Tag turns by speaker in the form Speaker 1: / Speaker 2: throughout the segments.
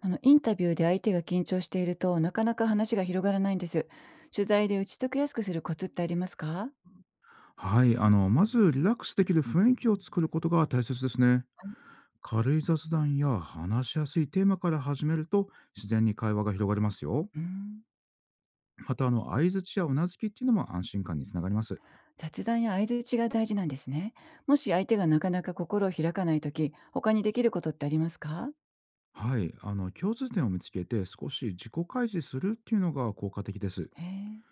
Speaker 1: インタビューで相手が緊張していると、なかなか話が広がらないんです。取材で打ち解けやすくするコツってありますか？
Speaker 2: はい、まずリラックスできる雰囲気を作ることが大切ですね。軽い雑談や話しやすいテーマから始めると自然に会話が広がりますよ。
Speaker 1: うーん。
Speaker 2: また、相槌やうなずきっていうのも安心感につながります。
Speaker 1: 雑談や相槌が大事なんですね。もし相手がなかなか心を開かないとき、他にできることってありますか？
Speaker 2: はい、共通点を見つけて少し自己開示するっていうのが効果的です。
Speaker 1: へえ、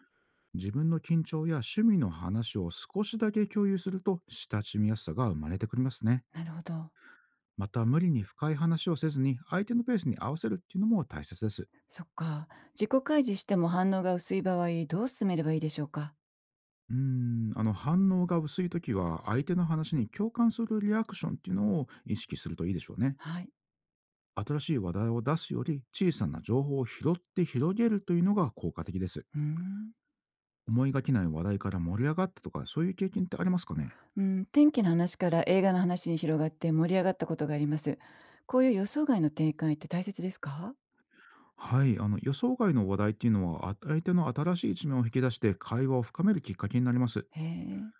Speaker 2: 自分の緊張や趣味の話を少しだけ共有すると親しみやすさが生まれてくりますね。
Speaker 1: なるほど。
Speaker 2: また、無理に深い話をせずに相手のペースに合わせるっていうのも大切です。
Speaker 1: そっか。自己開示しても反応が薄い場合、どう進めればいいでしょうか？
Speaker 2: 反応が薄い時は、相手の話に共感するリアクションっていうのを意識するといいでしょうね。
Speaker 1: はい。
Speaker 2: 新しい話題を出すより、小さな情報を拾って広げるというのが効果的です。
Speaker 1: うーん。
Speaker 2: 思いがけない話題から盛り上がったとか、そういう経験ってありますかね？
Speaker 1: うん、天気の話から映画の話に広がって盛り上がったことがあります。こういう予想外の展開って大切ですか？
Speaker 2: はい、予想外の話題っていうのは、相手の新しい一面を引き出して会話を深めるきっかけになります。
Speaker 1: へえ。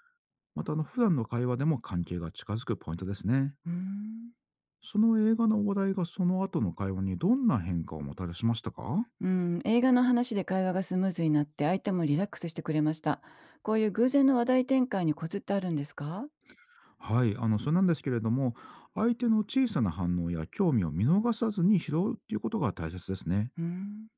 Speaker 2: また普段の会話でも関係が近づくポイントですね。
Speaker 1: うーん。
Speaker 2: その映画の話題が、その後の会話にどんな変化をもたらしましたか？
Speaker 1: うん、映画の話で会話がスムーズになって相手もリラックスしてくれました。こういう偶然の話題転換にコツってあるんですか？
Speaker 2: はい、それなんですけれども、相手の小さな反応や興味を見逃さずに拾うっていうことが大切ですね。
Speaker 1: うーん。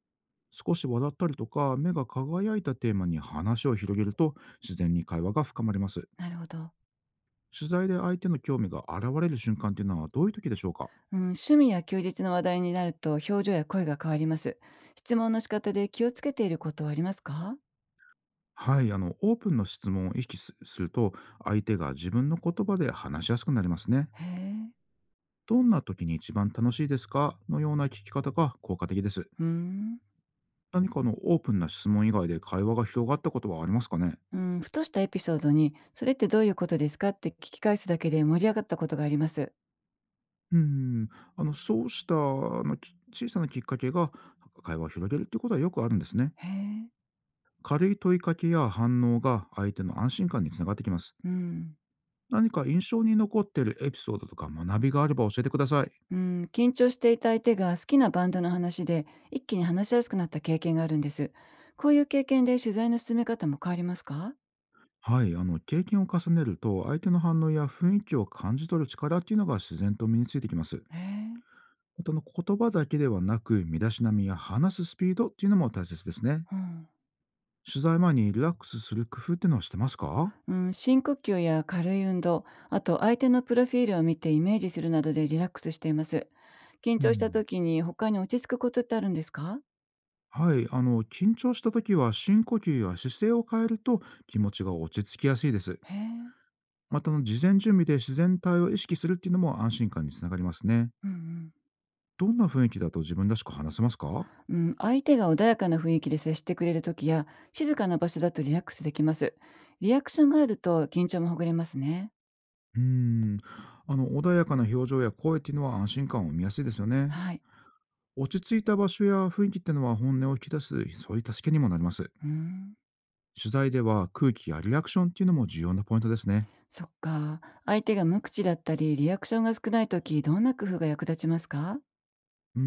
Speaker 2: 少し笑ったりとか、目が輝いたテーマに話を広げると、自然に会話が深まります。
Speaker 1: なるほど。
Speaker 2: 取材で相手の興味が現れる瞬間っていうのは、どういう時でしょうか？
Speaker 1: うん、趣味や休日の話題になると表情や声が変わります。質問の仕方で気をつけていることはありますか？
Speaker 2: はい、オープンの質問を意識すすると、相手が自分の言葉で話しやすくなりますね。
Speaker 1: へえ、
Speaker 2: どんな時に一番楽しいですか、のような聞き方が効果的です。
Speaker 1: うーん。
Speaker 2: 何かオープンな質問以外で会話が広がったことはありますかね？
Speaker 1: うん、ふとしたエピソードに、それってどういうことですかって聞き返すだけで盛り上がったことがあります。
Speaker 2: うーん、そうした、小さなきっかけが会話を広げるっていうことはよくあるんですね。
Speaker 1: へえ、
Speaker 2: 軽い問いかけや反応が、相手の安心感につながってきます。
Speaker 1: うん。
Speaker 2: 何か印象に残っているエピソードとか、学びがあれば教えてください。
Speaker 1: うん、緊張していた相手が好きなバンドの話で一気に話しやすくなった経験があるんです。こういう経験で取材の進め方も変わりますか？
Speaker 2: はい、経験を重ねると、相手の反応や雰囲気を感じ取る力っていうのが自然と身についてきます。
Speaker 1: へえ。
Speaker 2: また、言葉だけではなく、身だしなみや話すスピードっていうのも大切ですね。
Speaker 1: うん。
Speaker 2: 取材前にリラックスする工夫っていうのはしてますか？
Speaker 1: うん、深呼吸や軽い運動、あと相手のプロフィールを見てイメージするなどでリラックスしています。緊
Speaker 2: う
Speaker 1: 張した
Speaker 2: ん。
Speaker 1: 時に他に落ち着くことってあるんですか？
Speaker 2: はい、緊張した時は、深呼吸や姿勢を変えると気持ちが落ち着きやすいです。
Speaker 1: へえ。
Speaker 2: また事前準備で自然体を意識するっていうのも、安心感につながりますね。
Speaker 1: うんうん。
Speaker 2: どんな雰囲気だと自分らしく話せますか？
Speaker 1: うん、相手が穏やかな雰囲気で接してくれる時や静かな場所だとリラックスできます。リアクションがあると緊張もほぐれますね。
Speaker 2: うーん、穏やかな表情や声っていうのは、安心感を生みやすいですよね。
Speaker 1: はい。
Speaker 2: 落ち着いた場所や雰囲気っていうのは、本音を引き出す、そういう助けにもなります。
Speaker 1: うん。
Speaker 2: 取材では、空気やリアクションっていうのも重要なポイントですね。
Speaker 1: そっか。相手が無口だったり、リアクションが少ないとき、どんな工夫が役立ちますか？
Speaker 2: うー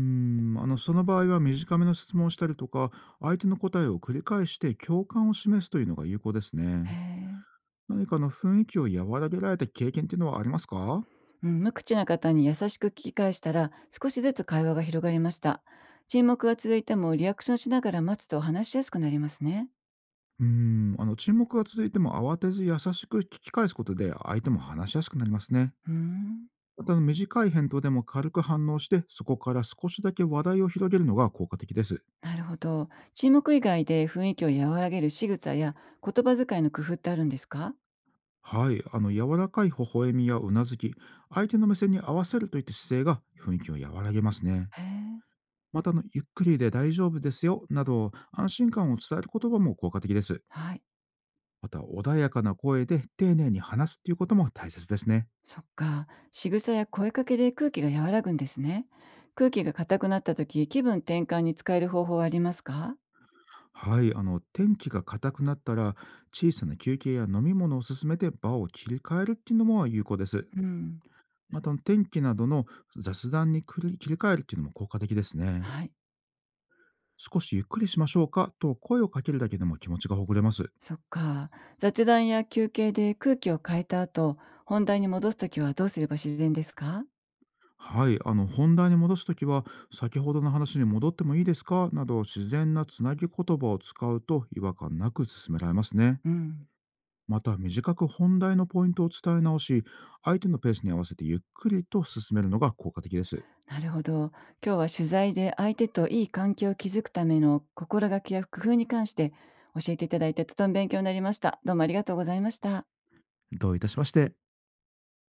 Speaker 2: ん、その場合は短めの質問をしたりとか、相手の答えを繰り返して共感を示すというのが有効です
Speaker 1: へ
Speaker 2: ね。
Speaker 1: え。
Speaker 2: 何か雰囲気を和らげられた経験っていうのはありますか？
Speaker 1: うん、無口な方に優しく聞き返したら、少しずつ会話が広がりました。沈黙が続いても、リアクションしながら待つと話しやすくなりますね。
Speaker 2: 沈黙が続いても慌てず優しく聞き返すことで、相手も話しやすくなりますね。
Speaker 1: うーん。
Speaker 2: また短い返答でも軽く反応して、そこから少しだけ話題を広げるのが効果的です。
Speaker 1: なるほど。沈黙以外で雰囲気を和らげる仕草や言葉遣いの工夫ってあるんですか？
Speaker 2: はい、柔らかい微笑みやうなずき、相手の目線に合わせるといった姿勢が雰囲気を和らげますね。
Speaker 1: へえ。
Speaker 2: またゆっくりで大丈夫ですよなど、安心感を伝える言葉も効果的です。
Speaker 1: はい。
Speaker 2: また、穏やかな声で丁寧に話すということも大切ですね。
Speaker 1: そっか。仕草や声かけで空気が和らぐんですね。空気が硬くなった時、気分転換に使える方法はありますか？
Speaker 2: はい、天気が硬くなったら、小さな休憩や飲み物を勧めて場を切り替えるっていうのも有効です。
Speaker 1: うん。
Speaker 2: また、天気などの雑談に切り替えるっていうのも効果的ですね。
Speaker 1: はい。
Speaker 2: 少しゆっくりしましょうかと声をかけるだけでも、気持ちがほぐれます。
Speaker 1: そっか。雑談や休憩で空気を変えた後、本題に戻す時はどうすれば自然ですか？
Speaker 2: はい、本題に戻すときは、先ほどの話に戻ってもいいですかなど、自然なつなぎ言葉を使うと違和感なく進められますね。
Speaker 1: うん。
Speaker 2: また短く本題のポイントを伝え直し、相手のペースに合わせてゆっくりと進めるのが効果的です。
Speaker 1: なるほど。今日は取材で相手といい関係を築くための心がけや工夫に関して教えていただいてとても勉強になりました。どうもありがとうございました。
Speaker 2: どういたしまして。